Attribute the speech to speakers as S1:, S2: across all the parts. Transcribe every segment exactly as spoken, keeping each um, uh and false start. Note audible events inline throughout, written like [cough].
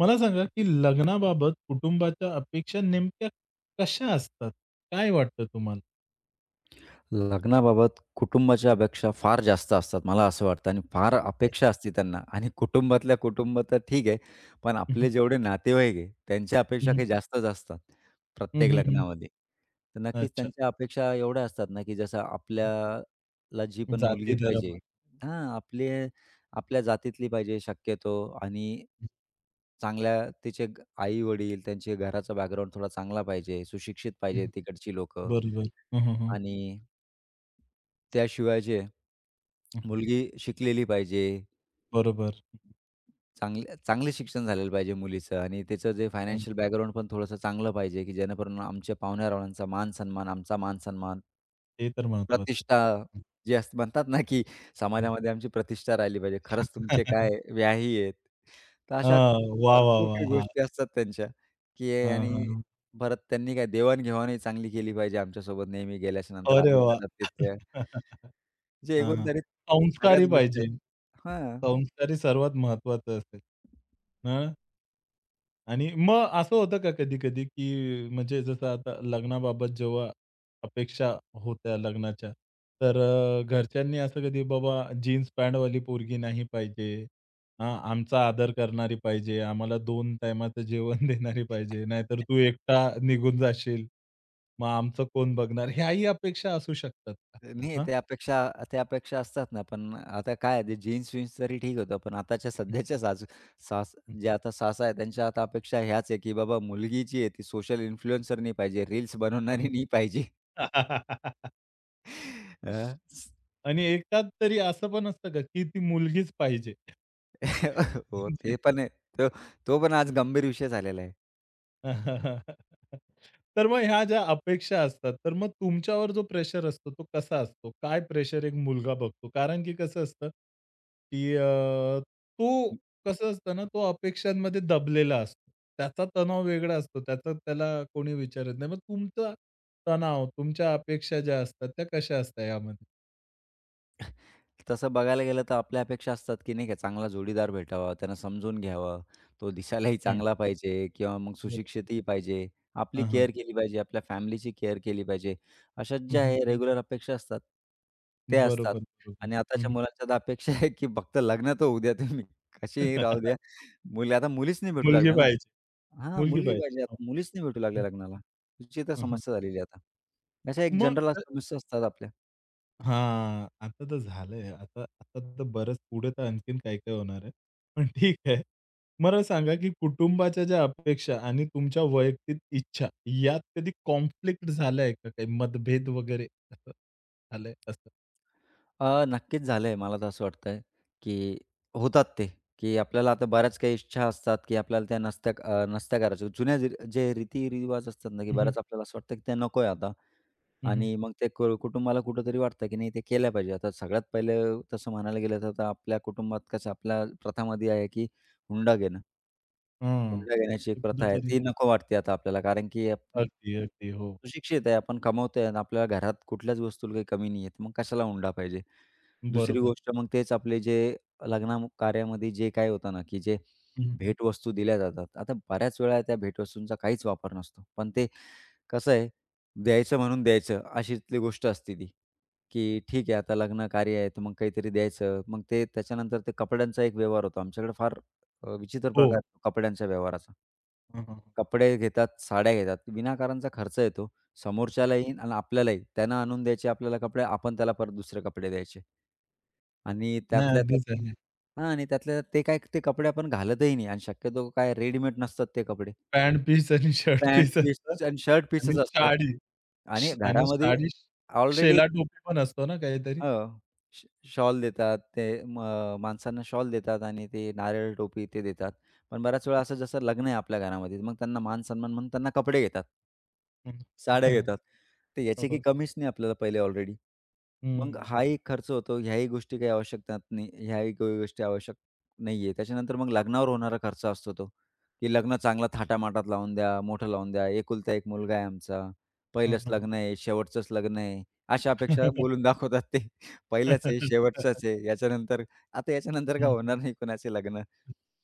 S1: मला सांगा, की लग्नाबाबत कुटुंबाच्या अपेक्षा नेमक्या कशा असतात? काय वाटतं तुम्हाला?
S2: लग्नाबाबत कुटुंबाच्या अपेक्षा फार जास्त असतात, मला असं वाटतं आणि फार अपेक्षा असते त्यांना आणि कुटुंबातल्या कुटुंब तर ठीक आहे, पण
S1: हं, हं.
S2: आपले जेवढे नातेवाईक आहे, त्यांच्या
S1: हं,
S2: अपेक्षा
S1: हं.
S2: काही जास्तच असतात प्रत्येक
S1: हं,
S2: लग्नामध्ये. तर नक्कीच
S1: अच्छा.
S2: त्यांच्या अपेक्षा एवढ्या असतात ना, की जसं आपल्याला जी पण
S1: जाती,
S2: मुलगी
S1: धर्म.
S2: पाहिजे हां, आपली आपल्या जातीतली पाहिजे शक्यतो आणि
S1: हं,
S2: चांगल्या तिचे आई-वडील, त्यांचे घराचा बॅकग्राऊंड थोडा चांगला पाहिजे, सुशिक्षित पाहिजे
S1: हं.
S2: तिकडची लोकं
S1: बरोबर. हं, हं.
S2: आणि त्याशिवाय जे
S1: हं, हं.
S2: मुलगी शिकलेली पाहिजे,
S1: बरोबर.
S2: चांगलं चांगलं शिक्षण झालेलं पाहिजे मुलीचं आणि त्याचं जे
S1: हं.
S2: फायनान्शियल बॅकग्राऊंड पण थोडंसं चांगलं पाहिजे, की जेणेकरून आमच्या पाहुण्यारावळ्यांचा मान-सन्मान, आमचा मान-सन्मान,
S1: ते तर महत्वाचं.
S2: प्रतिष्ठा
S1: हं.
S2: जे असं म्हणतात ना, की समाजामध्ये आमची प्रतिष्ठा राहिली पाहिजे. खरंच तुमचे
S1: हां.
S2: काय व्याही आहेत. तर अशा
S1: वाह, वाह,
S2: भरपूर
S1: वाह!
S2: काही
S1: हां.
S2: गोष्टी असतात त्यांच्या, की हे.
S1: हां,
S2: आणि
S1: हां.
S2: परत त्यांनी काय देवाण चांगली केली पाहिजे आमच्यासोबत नेहमी गेल्याच्यानंतर
S1: अरे
S2: आधी
S1: वाह!
S2: जातात तिथे. जे
S1: हां, हां.
S2: एकंदरीत
S1: संस्कारी
S2: सगळ्याच गोष्टी
S1: पाहिजे.
S2: असतात. हां.
S1: संस्कारी सर्वात महत्वाचं असेल. हां. आणि मग असं होतं का कधी-कधी, की म्हणजे जसं आता लग्नाबाबत जेव्हा अपेक्षा होत्या लग्नाच्या, तर अ, घरच्यांनी असं कधी बाबा जीन्स पॅन्टवाली पोरगी नाही पाहिजे, अ, आमचा आदर करणारी पाहिजे, आम्हाला दोन टाईमाचं जेवण [laughs] देणारी पाहिजे, नाहीतर तू एकटा निघून जाशील, मग आमचं कोण बघणार? ह्याही अपेक्षा असू शकतात का?
S2: नाही
S1: हां.
S2: ते अपेक्षा त्या अपेक्षा असतात ना, पण आता काय आहे ते जीन्स-विन्स तरी ठीक होतं. पण आताच्या सध्याच्या सासू सास जे आता सासा आहे त्यांच्या आता अपेक्षा ह्याच आहे, की बाबा मुलगी जी आहे ती सोशल इन्फ्लुएन्सर नाही पाहिजे, रील्स बनवणारी नाही पाहिजे.
S1: [laughs]
S2: अ,
S1: आणि एकात तरी असं पण असतं का, की ती मुलगीच पाहिजे.
S2: [laughs] हो, ते
S1: [laughs]
S2: पण आहे. तो तो पण आज गंभीर विषय झालेला आहे.
S1: [laughs] तर मग ह्या ज्या अपेक्षा असतात, तर मग तुमच्यावर जो प्रेशर असतो तो कसा असतो? काय प्रेशर एक मुलगा बघतो? कारण की कसं असतं, की अ, तो कसं असतं ना, तो अपेक्षांमध्ये दबलेला असतो. त्याचा तणाव वेगळा असतो. त्याचा त्याला कोणी विचारत नाही. मग तुमचा तणाव, तुमच्या अपेक्षा ज्या असतात त्या कशा असतात यामध्ये?
S2: तसं बघायला गेलं तर आपल्या अपेक्षा असतात, की नाही का चांगला जोडीदार भेटावा, त्यांना समजून घ्यावं, तो दिसायलाही
S1: हं,
S2: चांगला पाहिजे किंवा मग
S1: बरोबर.
S2: सुशिक्षितही पाहिजे, आपली
S1: हां, हां.
S2: केअर केली पाहिजे, आपल्या फॅमिलीची केअर केली पाहिजे. अशाच ज्या
S1: हं,
S2: आहे रेग्युलर अपेक्षा असतात, ते असतात.
S1: बरोबर, बरोबर.
S2: आणि आताच्या
S1: हं,
S2: मुलांच्या तर अपेक्षा आहे, की फक्त लग्न तर होऊ द्या तुम्ही, कशीही राहू द्या.
S1: [laughs]
S2: मुली आता मुलीच नाही भेटू
S1: मुलगी
S2: लागल्या ना.
S1: पाहिजे,
S2: हां,
S1: मुलगी
S2: मुलगी
S1: पाहिजे.
S2: पाहिजे
S1: हो.
S2: आता, मुलीच नाही भेटू लागल्या
S1: हं,
S2: लग्नाला. तिची तर
S1: हं,
S2: समस्या झालेली आहे आता. अशा एक
S1: मग
S2: जनरल समस्या असतात आपल्या.
S1: हां, आता तर झालंय. आता आता तर बरंच पुढे तर आणखीन काय-काय होणार आहे. पण ठीक आहे. मला सांगा, की कुटुंबाच्या ज्या अपेक्षा आणि तुमच्या वैयक्तिक इच्छा यात कधी कॉन्फ्लिक्ट झालाय का? काही मतभेद वगैरे असं झालंय असं?
S2: अ, नक्कीच झालंय. मला तर असं वाटतंय, की होतात ते, की आपल्याला आता बऱ्याच काही इच्छा असतात, की आपल्याला त्या नसत्या अ, नसत्या करायच्या. जुन्या जे जे रीती असतात ना, की
S1: हं, हं.
S2: बऱ्याच आपल्याला असं वाटतं, की ते नको आता
S1: हं, हं.
S2: आणि मग ते कु कुटुंबाला कुठेतरी वाटतं, की नाही ते केल्या पाहिजे. आता सगळ्यात पहिलं तसं म्हणायला गेलं तर आता आपल्या कुटुंबात कसं आपल्या प्रथामध्ये आहे, की हुंडा घेणं.
S1: हां.
S2: हुंडा घेण्याची
S1: ते
S2: एक प्रथा आहे.
S1: कुठेतरी
S2: ती नको वाटते आता आपल्याला कारण की आपण
S1: अगदी, अगदी. हो.
S2: सुशिक्षित आहे, आपण कमवतोय आणि आपल्या घरात कुठल्याच वस्तूला काही कमी नाही आहे. मग कशाला हुंडा पाहिजे? दुसरी
S1: बरोबर.
S2: गोष्ट मग तेच आपले जे लग्न कार्यामध्ये जे काय होतं ना, की जे
S1: हं,
S2: भेटवस्तू दिल्या जातात. आता बऱ्याच वेळा त्या भेटवस्तूंचा काहीच वापर नसतो. पण ते कसं आहे, द्यायचं म्हणून द्यायचं अशीतली गोष्ट असते ती, की ठीक आहे आता लग्न कार्य आहे, तर मग काहीतरी द्यायचं. मग ते त्याच्यानंतर ते कपड्यांचा एक व्यवहार होतो. आमच्याकडे फार अ, विचित्र
S1: हो.
S2: प्रकार आहे कपड्यांच्या व्यवहाराचा.
S1: हां, हां.
S2: कपडे घेतात, साड्या घेतात. विनाकारणचा खर्च येतो. समोरच्यालाही आणि आपल्यालाही. त्यानं आणून द्यायचे आपल्याला कपडे, आपण त्याला परत दुसरे कपडे द्यायचे. आणि
S1: नाही
S2: त्यातल्या त्यात
S1: अगदीच आहे.
S2: हां, आणि त्यातल्या त्यात ते काय ते कपडे आपण घालतही नाही आणि शक्यतो काय रेडीमेड नसतात ते कपडे.
S1: पॅन्ट पीस आणि शर्ट
S2: पॅन्ट
S1: पीस असतात
S2: पीस आणि शर्ट पीसच
S1: आणि
S2: असतात.
S1: साडी
S2: आणि
S1: श आणि
S2: घरामध्ये
S1: साडी
S2: ऑलरेडी
S1: शेला टोपी पण असतो ना काहीतरी?
S2: अ, श शॉल देतात. ते म माणसांना शॉल देतात आणि ते नारळ टोपी ते देतात. पण बऱ्याच वेळा असं जसं लग्न आहे आपल्या घरामध्ये, मग त्यांना मान-सन्मान म्हणून त्यांना कपडे घेतात.
S1: हं, [laughs]
S2: साड्या
S1: हं.
S2: घेतात. तर
S1: हो,
S2: याची काही
S1: हो.
S2: कमीच नाही आपल्याला पहिले ऑलरेडी.
S1: हं.
S2: मग हाही खर्च होतो, ह्याही गोष्टी काही आवश्यकता नाही, ह्याही काही गोष्टी आवश्यक नाही आहे. त्याच्यानंतर मग लग्नावर होणारा खर्च असतो तो, की लग्न चांगला थाटामाटात लावून द्या, मोठं लावून द्या. एकुलता एक मुलगा आहे आमचा, पहिलंच
S1: हां,
S2: लग्न आहे, शेवटचंच लग्न आहे, अशा अपेक्षा
S1: [laughs]
S2: बोलून दाखवतात ते. [laughs] पहिलंच आहे, शेवटचंच आहे, याच्यानंतर आता याच्यानंतर काय
S1: हं.
S2: होणार नाही कुणाचे लग्न.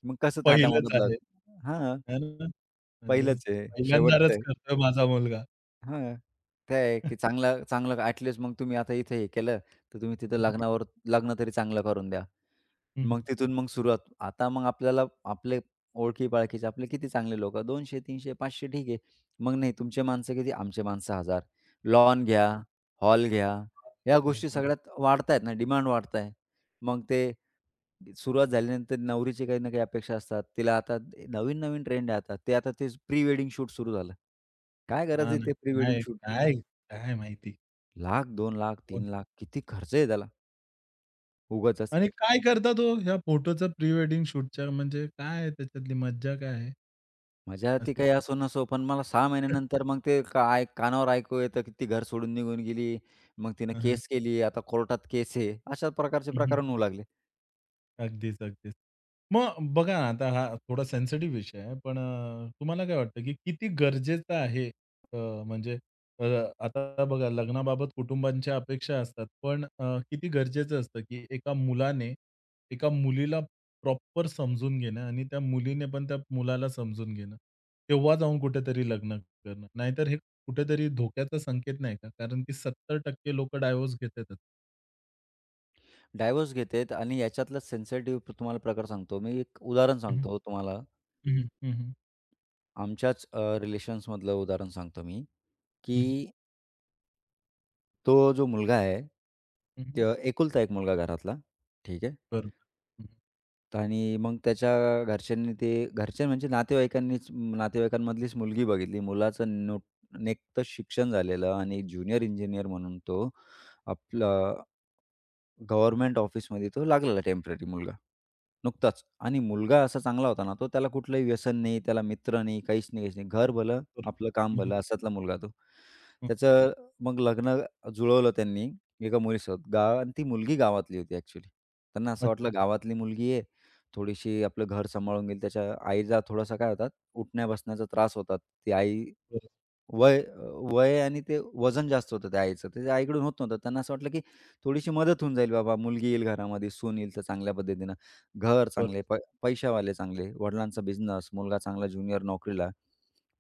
S2: मग कसं
S1: पहिलंच
S2: थाटामाटात
S1: आहे.
S2: लावायचं? हां,
S1: है ना? म्हणजे
S2: पहिलंच आहे, शेवटचं
S1: पहिल्यांदाच
S2: आहे.
S1: करतोय माझा मुलगा.
S2: हां. काय आहे, की
S1: [laughs]
S2: चांगलं चांगलं ॲटलीस्ट मग तुम्ही आता इथे हे केलं, तर तुम्ही तिथं
S1: हं,
S2: लग्नावर लग्न तरी चांगलं करून द्या.
S1: हं,
S2: मग
S1: हं.
S2: तिथून मग सुरुवात. आता मग आपल्याला आपले ओळखी-पाळखीचे आपले किती चांगले लोकं दोनशे, तीनशे, पाचशे ठीक आहे. मग नाही तुमचे माणसं किती? आमचे माणसं एक हजार. लॉन घ्या, हॉल घ्या. या
S1: अरे!
S2: गोष्टी सगळ्यात वाढतायत ना, डिमांड वाढताय. मग ते सुरुवात झाल्यानंतर नवरीची काही ना काही अपेक्षा असतात. तिला आता नवीन-नवीन ट्रेंड आहे आता. ते आता तेच प्री वेडिंग शूट सुरू झालं. काय गरज
S1: हां
S2: आहे
S1: ना.
S2: ते प्री वेडिंग
S1: काय,
S2: शूटची?
S1: काय, काय माहिती
S2: लाख, दोन लाख,
S1: कोण
S2: तीन लाख किती खर्च आहे त्याला उगाचच.
S1: आणि काय करता तो ह्या फोटोचं प्री वेडिंग शूटच्या म्हणजे काय त्याच्यातली मज्जा काय आहे?
S2: मजा ती
S1: असं.
S2: काही असो नसो, पण मला सहा
S1: [laughs]
S2: महिन्यानंतर मग ते काय कानावर ऐकू येतं, की ती घर सोडून निघून गेली. मग तिनं
S1: हां, हां.
S2: केस केली, आता कोर्टात केस आहे. अशा प्रकारचे प्रकरण होऊ लागले.
S1: अगदीच, अगदीच. मग बघा ना, आता हा थोडा सेन्सिटिव्ह विषय आहे. पण अ, तुम्हाला काय वाटतं, की किती गरजेचं आहे अ, म्हणजे अ, आता बघा लग्नाबाबत कुटुंबांच्या अपेक्षा असतात. पण अ, किती गरजेचं असतं, की एका मुलाने एका मुलीला प्रॉपर समजून घेणं आणि त्या मुलीने पण त्या मुलाला समजून घेणं. तेव्हा जाऊन कुठेतरी लग्न करणं. नाहीतर हे कुठेतरी धोक्याचा संकेत नाही का? कारण की सत्तर टक्के लोकं डायव्होर्स घेतातच.
S2: डायव्होर्स घेतात आणि याच्यातला सेन्सिटिव्ह तुम्हाला प्रकार सांगतो. मी एक उदाहरण
S1: हं, हं.
S2: सांगतो तुम्हाला.
S1: हं, हं. हं,
S2: आमच्याच अ, रिलेशन्समधलं उदाहरण सांगतो मी, की तो जो मुलगा आहे, ते एकुलता एक मुलगा घरातला, ठीक आहे?
S1: बरोबर.
S2: आणि मग त्याच्या घरच्यांनी ते घरचे म्हणजे नातेवाईकांनीच नातेवाईकांमधलीच मुलगी बघितली. मुलाचं नुक नेकतंच शिक्षण झालेलं आणि ज्युनियर इंजिनिअर म्हणून तो आपलं गव्हर्नमेंट ऑफिसमध्ये तो लागलेला टेम्पररी मुलगा. नुकताच आणि मुलगा असा चांगला होता ना तो, त्याला कुठलंही व्यसन नाही, त्याला मित्र नाही, काहीच नाही, काहीच नाही. घर भलं,
S1: बरोबर.
S2: आपलं काम
S1: हं, हं.
S2: भलं असातला मुलगा तो.
S1: हं.
S2: त्याचं मग लग्न जुळवलं त्यांनी एका मुलीसोबत. गाव आणि ती मुलगी गावातली होती ॲक्चुअली. त्यांना असं
S1: अच्छा.
S2: वाटलं गावातली मुलगी आहे, थोडीशी आपलं घर सांभाळून घेईल. त्याच्या आईचा थोडासा काय होता उठण्या-बसण्याचा त्रास होता. ती आई
S1: बरं,
S2: वय अ, वय आणि ते वजन जास्त होतं त्या आईचं. ते आईकडून होत नव्हतं. त्यांना असं वाटलं, की थोडीशी मदत होऊन जाईल बाबा. मुलगी येईल घरामध्ये, सून येईल तर चांगल्या पद्धतीनं. घर
S1: बरं.
S2: चांगले, पै पैशावाले चांगले, वडिलांचा बिझनेस, मुलगा चांगला ज्युनियर नोकरीला.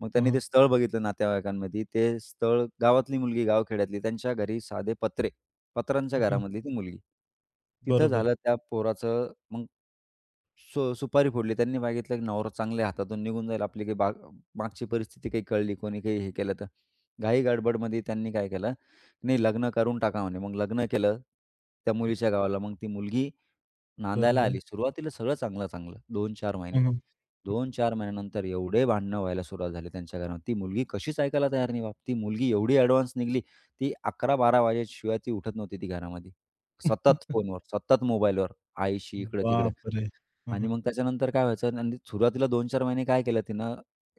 S2: मग
S1: हं,
S2: त्यांनी
S1: हं.
S2: ते स्थळ बघितलं नातेवाईकांमध्ये. ते स्थळ गावातली मुलगी, गावखेड्यातली. त्यांच्या घरी साधे पत्रे. पत्र्यांच्या
S1: हं, हं.
S2: घरामधली ती मुलगी. तिथं
S1: बरोबर,
S2: झालं त्या पोराचं मग सु सुपारी फोडली. त्यांनी मागितलं की नवरा चांगल्या हातातून निघून जाईल. आपली काही बाग मागची परिस्थिती काही कळली, कोणी काही हे केलं तर. घाई-गडबडमध्ये त्यांनी काय केलं, "नाही लग्न करून टाका" म्हणे. मग लग्न केलं त्या मुलीच्या गावाला. मग ती मुलगी नांदायला
S1: बरोबर.
S2: आली. सुरुवातीला सगळं चांगलं-चांगलं दोन चार महिने.
S1: हं, हं.
S2: दोन चार महिन्यानंतर एवढे भांडणं व्हायला सुरुवात झाली त्यांच्या घरात. ती मुलगी कशीच ऐकायला तयार नाही बाप. ती मुलगी एवढी ॲडव्हान्स निघली, ती अकरा बारा वाजेशिवाय ती उठत नव्हती ती घरामध्ये. सतत
S1: हं.
S2: फोनवर, सतत मोबाईलवर, आईशी इकडं-तिकडं.
S1: बापरे! हं,
S2: आणि
S1: हं.
S2: मग त्याच्यानंतर काय व्हायचं आणि सुरुवातीला दोन चार महिने काय केलं तिनं,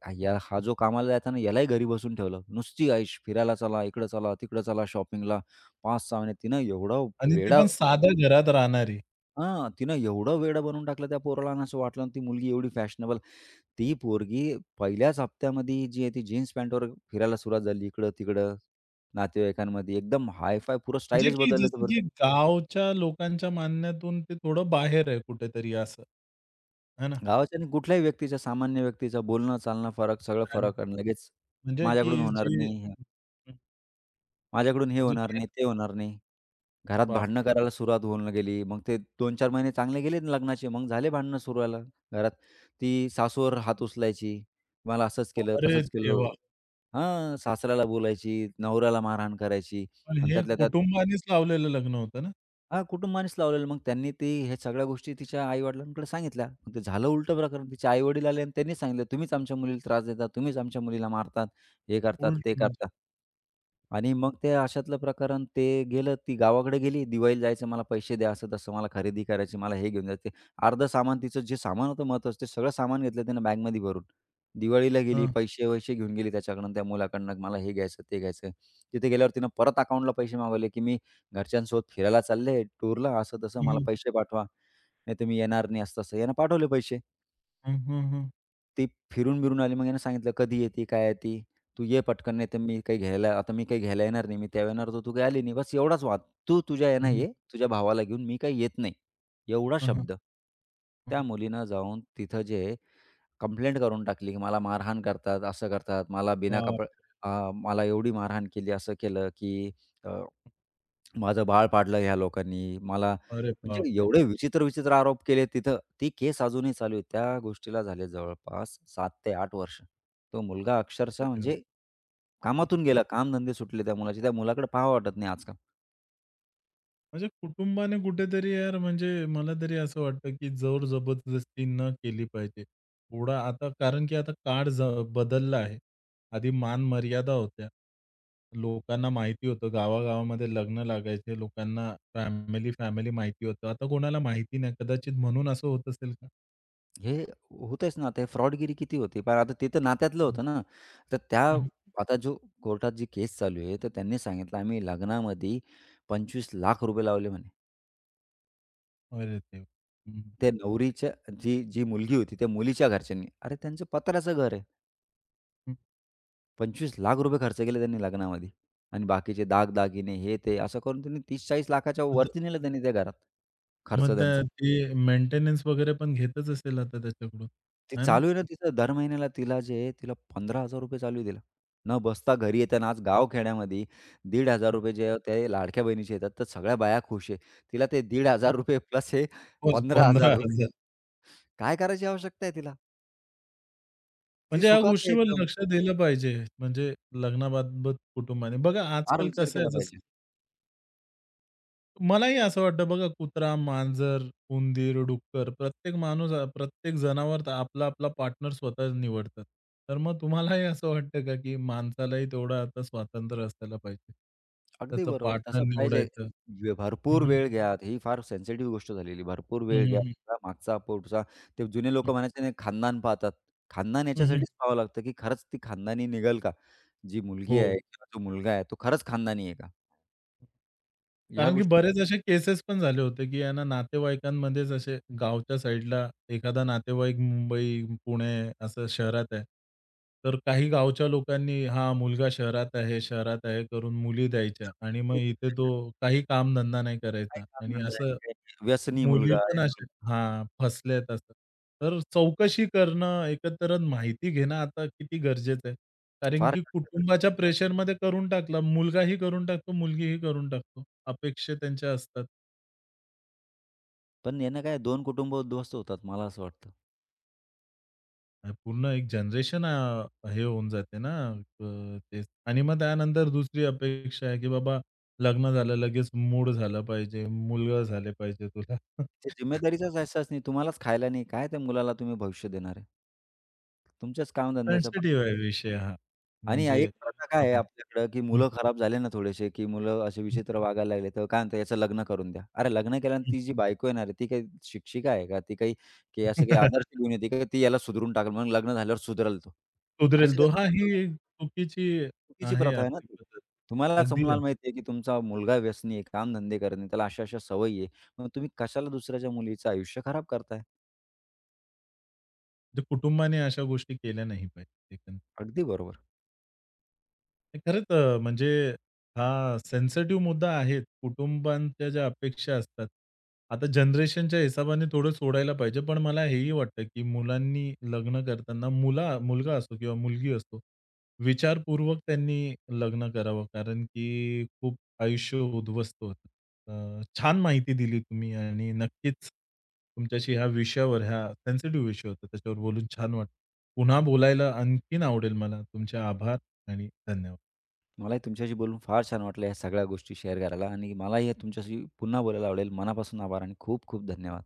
S2: हा- या हा जो कामाला जायचा ना, यालाही घरी बसून ठेवलं. नुसती ऐश, फिरायला चला, इकडं चला, तिकडं चला, शॉपिंगला. पाच सहा महिने तिनं एवढा
S1: आणि ते
S2: वेडा
S1: पण साध्या घरात राहणारी.
S2: हां, तिनं एवढं वेडं बनवून टाकलं त्या पोराला आणि असं वाटलं ती मुलगी एवढी फॅशनेबल. ती पोरगी पहिल्याच हप्त्यामध्ये जी आहे ती जीन्स पॅन्टवर फिरायला सुरुवात झाली इकडं-तिकडं, नातेवाईकांमध्ये. एकदम हाय पुरं
S1: म्हणजे
S2: स्टाईलच
S1: की
S2: बदललं
S1: जसं की गावच्या लोकांच्या मानण्यातून ते थोडं बाहेर आहे कुठेतरी असं. है ना?
S2: गावाच्या आणि कुठल्याही व्यक्तीच्या, सामान्य व्यक्तीचा बोलणं, चालणं फरक, सगळं
S1: कारण
S2: फरक आणि लगेच
S1: म्हणजे की
S2: माझ्याकडून होणार
S1: जे
S2: नाही, हे- माझ्याकडून हे
S1: म्हणजे
S2: होणार
S1: काय
S2: नाही, ते होणार नाही. घरात भांडणं
S1: बापरे!
S2: करायला सुरुवात होऊन गेली. मग ते दोन चार महिने चांगले गेले ना लग्नाचे, मग झाले भांडणं सुरुवाला घरात. ती सासूवर हात उचलायची, "मला असंच केलं,
S1: अरे
S2: तसंच केलं."
S1: देवा!
S2: हां, सासऱ्याला बोलायची, नवऱ्याला मारहाण करायची
S1: पण
S2: आणि
S1: हे
S2: त्यातल्या त्यात
S1: कुटुंबानेच लावलेलं लग्न होतं ना?
S2: हां, कुटुंबानेच लावलेलं. मग त्यांनी ती ह्या सगळ्या गोष्टी तिच्या आई-वडिलांकडे सांगितल्या. मग ते झालं उलटं प्रकरण. तिचे आई-वडील आले आणि त्यांनी सांगितलं, "तुम्हीच आमच्या मुलीला त्रास देता, तुम्हीच आमच्या मुलीला मारतात, हे करतात, ते
S1: उलटं म्हणजे.
S2: करतात." आणि मग ते अशातलं प्रकरण ते गेलं. ती गावाकडे गेली. दिवाळीला जायचं, मला पैसे द्या, असं तसं मला खरेदी करायची, मला हे घेऊन जायचं. अर्धं सामान तिचं जे सामान होतं महत्त्वाचं, ते सगळं सामान घेतलं तिनं बॅगमध्ये भरून. दिवाळीला गेली,
S1: हं.
S2: पैसे-वैसे घेऊन गेली त्याच्याकडून, त्या मुलाकडनं, "मला हे घ्यायचं, ते घ्यायचं." तिथे गेल्यावर तिनं परत अकाउंटला पैसे मागवले, की "मी घरच्यांसोबत फिरायला चालले टूरला, असं-तसं
S1: हं,
S2: मला
S1: हं.
S2: पैसे पाठवा. नाही तर मी येणार नाही, असं-तसं. यानं पाठवले पैसे.
S1: हं, हं, हं.
S2: ती फिरून-बिरून आली. मग यानं सांगितलं, "कधी येते? काय येते? तू ये पटकन, नाही तर मी काही घ्यायला आता मी काही घ्यायला येणार नाही. मी तेव्हा येणार होतो, तू काही आली नाही. बस एवढाच वाद. तू तुझ्या
S1: हं,
S2: यानं
S1: हं.
S2: ये, तुझ्या भावाला घेऊन. मी काही येत नाही." एवढा
S1: हं, हं.
S2: शब्द.
S1: हं,
S2: त्या
S1: हं.
S2: मुलीनं जाऊन तिथं जे कंप्लेंट करून टाकली, की मला मारहाण करतात, असं करतात. मला बिना
S1: बाप!
S2: कपड अ, मला एवढी मारहाण केली, असं केलं, की माझं बाळ पाडलं ह्या लोकांनी. मला
S1: अरे
S2: म्हणजे
S1: बापरे!
S2: एवढे विचित्र-विचित्र आरोप केले तिथं. ती केस अजूनही चालू आहे. त्या गोष्टीला झाले जवळपास सात ते आठ वर्ष. तो मुलगा अक्षरशः
S1: अरे वाह!
S2: म्हणजे
S1: हं, हं.
S2: कामातून गेला. कामधंदे सुटले त्या मुलाचे. त्या मुलाकडे पाहावं वाटत नाही आजकाल.
S1: म्हणजे कुटुंबाने कुठेतरी यार म्हणजे मला तरी असं वाटतं, की जोर जबरदस्ती न केली पाहिजे. थोडा आता कारण की आता काळ ज बदलला आहे. आधी मान-मर्यादा होत्या. लोकांना माहिती होतं गावागावामध्ये लग्न लागायचे. लोकांना फॅमिली-फॅमिली माहिती होतं. आता कोणाला माहिती नाही. कदाचित म्हणून असं होत असेल का?
S2: हे होतेच ना, ते फ्रॉडगिरी किती होती. पण आता ते नात्यातलं
S1: हं.
S2: होतं ना. तर त्या
S1: हं,
S2: आता जो कोर्टात जी केस चालू आहे, तर त्यांनी सांगितलं आम्ही लग्नामध्ये ₹पंचवीस,लाख लावले म्हणे.
S1: अरे देवा! हं,
S2: ते नवरीच्या जी जी मुलगी होती त्या मुलीच्या घरच्यांनी. अरे त्यांचं पत्र्याचं घर आहे. ₹पंचवीस,लाख रुपये खर्च केले त्यांनी लग्नामध्ये आणि बाकीचे दागदागिने हे ते असं करून त्यांनी तीस,लाख-चाळीस,00,000च्या
S1: मग ते
S2: वरती नेलं त्यांनी त्या घरात, खर्च
S1: मग त्या
S2: त्यांचा.
S1: ते मेंटेनन्स वगैरे पण घेतच असेल आता त्याच्याकडून,
S2: ते
S1: आहे ना?
S2: चालू आहे ना तिचं दर महिन्याला तिला जे आहे तिला ₹पंधरा हजार चालू आहे तिला. न बसता घरी येताना आज गावखेड्यामध्ये ₹एक हजार पाचशे जे आहे ते लाडक्या बहिणीचे येतात तर सगळ्या बाया खुश आहे. तिला ते
S1: [laughs]
S2: ₹पंधराशे प्लस हे ₹पंधरा हजार
S1: पंधरा हजार
S2: काय करायची आवश्यकता आहे तिला? ती
S1: म्हणजे ह्या
S2: सुखात आहे
S1: गोष्टीवर
S2: एकदम.
S1: लक्ष दिलं पाहिजे. म्हणजे लग्नाबाबत कुटुंबाने. बघा
S2: फार
S1: आजकाल
S2: विचार
S1: कसं आहे
S2: केला पाहिजे.
S1: जसं मलाही असं वाटतं बघा कुत्रा, मांजर, उंदीर, डुक्कर प्रत्येक माणूस आ- प्रत्येक जनावर तर आपला, आपला पार्टनर स्वतः निवडतात. तर मग तुम्हालाही असं वाटतं का, की माणसालाही तेवढं आता स्वातंत्र्य असायला पाहिजे?
S2: अगदी
S1: त्याचं
S2: बरोबर.
S1: पार्टनर
S2: तसं पाहिजे.
S1: निवडायचं?
S2: वे
S1: हं,
S2: भरपूर
S1: हं.
S2: वेळ घ्या. ही फार सेन्सिटिव्ह गोष्ट झालेली. भरपूर
S1: हं,
S2: वेळ
S1: हं,
S2: घ्या.
S1: हं.
S2: आपला मागचा, पुढचा. ते जुने लोकं म्हणायचे ना खानदान पाहतात. खानदान याच्यासाठीच पाहावं लागतं, की खरंच ती खानदानी निघेल का? जी मुलगी
S1: हो.
S2: आहे किंवा जो मुलगा आहे, तो खरंच खानदानी आहे का? ह्या
S1: कारण की
S2: गोष्टी
S1: बरेच असे केसेस पण झाले होते, की यांना नातेवाईकांमध्येच असे गावच्या साइडला एखादा नातेवाईक मुंबई, पुणे असं शहरात आहे. तर काही गावच्या लोकांनी हा मुलगा शहरात आहे, शहरात आहे करून मुली द्यायच्या आणि मग इथे तो काही कामधंदा नाही करायचा आणि
S2: आनंद
S1: असं
S2: आहे. व्यसनी
S1: मुली
S2: मुलगा
S1: पण
S2: आहे.
S1: अशा हां, फसल्यात असं. तर चौकशी करणं, एकत्र माहिती घेणं आता किती गरजेचं आहे. कारण
S2: फार
S1: की कुटुंबाच्या प्रेशरमध्ये करून टाकला. मुलगाही करून टाकतो, मुलगीही करून टाकतो. अपेक्षा त्यांच्या असतात.
S2: पण यानं काय दोन कुटुंब उद्ध्वस्त होतात मला असं वाटतं.
S1: अ, पूर्ण एक जनरेशन अ, हे होऊन जाते ना अ, तेच. आणि मग त्यानंतर दुसरी अपेक्षा आहे, की बाबा लग्न झालं लगेच मूड झालं पाहिजे, मुलगा झाले पाहिजे तुला.
S2: ते
S1: [laughs]
S2: जिम्मेदारीचाच अहसास नाही. तुम्हालाच खायला नाही. काय त्या मुलाला तुम्ही भविष्य देणार आहे? तुमच्याच कामधंद्याचा
S1: सेन्सिटिव्ह आहे विषय हा.
S2: आणि या
S1: म्हणजे
S2: एक प्रथा काय आहे
S1: लग्नाबाबत.
S2: आपल्याकडं, की
S1: हं,
S2: मुलं खराब झाले ना थोडेसे, की मुलं असे
S1: हं,
S2: विचित्र वागायला लागले, तर काय म्हणतात, "याचं लग्न करून द्या." अरे लग्न केल्यानं ती जी बायको येणार आहे, ती काही शिक्षिका आहे का? ती काही की असं काही
S1: हं.
S2: आदर्श घेऊन येते का? ती याला सुधरून टाकल मग लग्न झाल्यावर सुधरेल तो.
S1: सुधरेल
S2: अशी
S1: तो.
S2: कसं
S1: हां,
S2: सुधरेल?
S1: ही चुकीची
S2: चुकीची
S1: आहे
S2: प्रथा आहे ना
S1: आपली
S2: ती.
S1: पद्धत.
S2: तुम्हालाच तुम्हाला
S1: अगदी आहे.
S2: समजायला माहिती आहे, की तुमचा मुलगा व्यसनी आहे, कामधंदे करत त्याला अशा-अशा सवयी आहे. मग तुम्ही कशाला दुसऱ्याच्या मुलीचं आयुष्य खराब करताय?
S1: म्हणजे कुटुंबाने अशा गोष्टी केल्या नाही पाहिजे.
S2: अगदी बरोबर.
S1: खरंच अ, म्हणजे हा सेन्सिटिव्ह मुद्दा आहेच. कुटुंबांच्या ज्या अपेक्षा असतात. आता जनरेशनच्या हिसाबाने थोडं सोडायला पाहिजे. पण मला हेही वाटतं, की मुलांनी लग्न करताना मुला मुलगा असो किंवा मुलगी असो, विचारपूर्वक त्यांनी लग्न करावं. कारण की खूप आयुष्य उद्ध्वस्त होतं. अ, छान माहिती दिली तुम्ही आणि नक्कीच तुमच्याशी ह्या विषयावर, ह्या सेन्सिटिव्ह विषय होता, त्याच्यावर बोलून छान वाटलं. पुन्हा बोलायला आणखीन आवडेल मला. तुमचे आभार आणि धन्यवाद.
S2: मलाही तुमच्याशी बोलून फार छान वाटलं या सगळ्या गोष्टी शेअर करायला आणि मलाही हे तुमच्याशी पुन्हा बोलायला आवडेल. मनापासून आभार आणि खूप खूप धन्यवाद.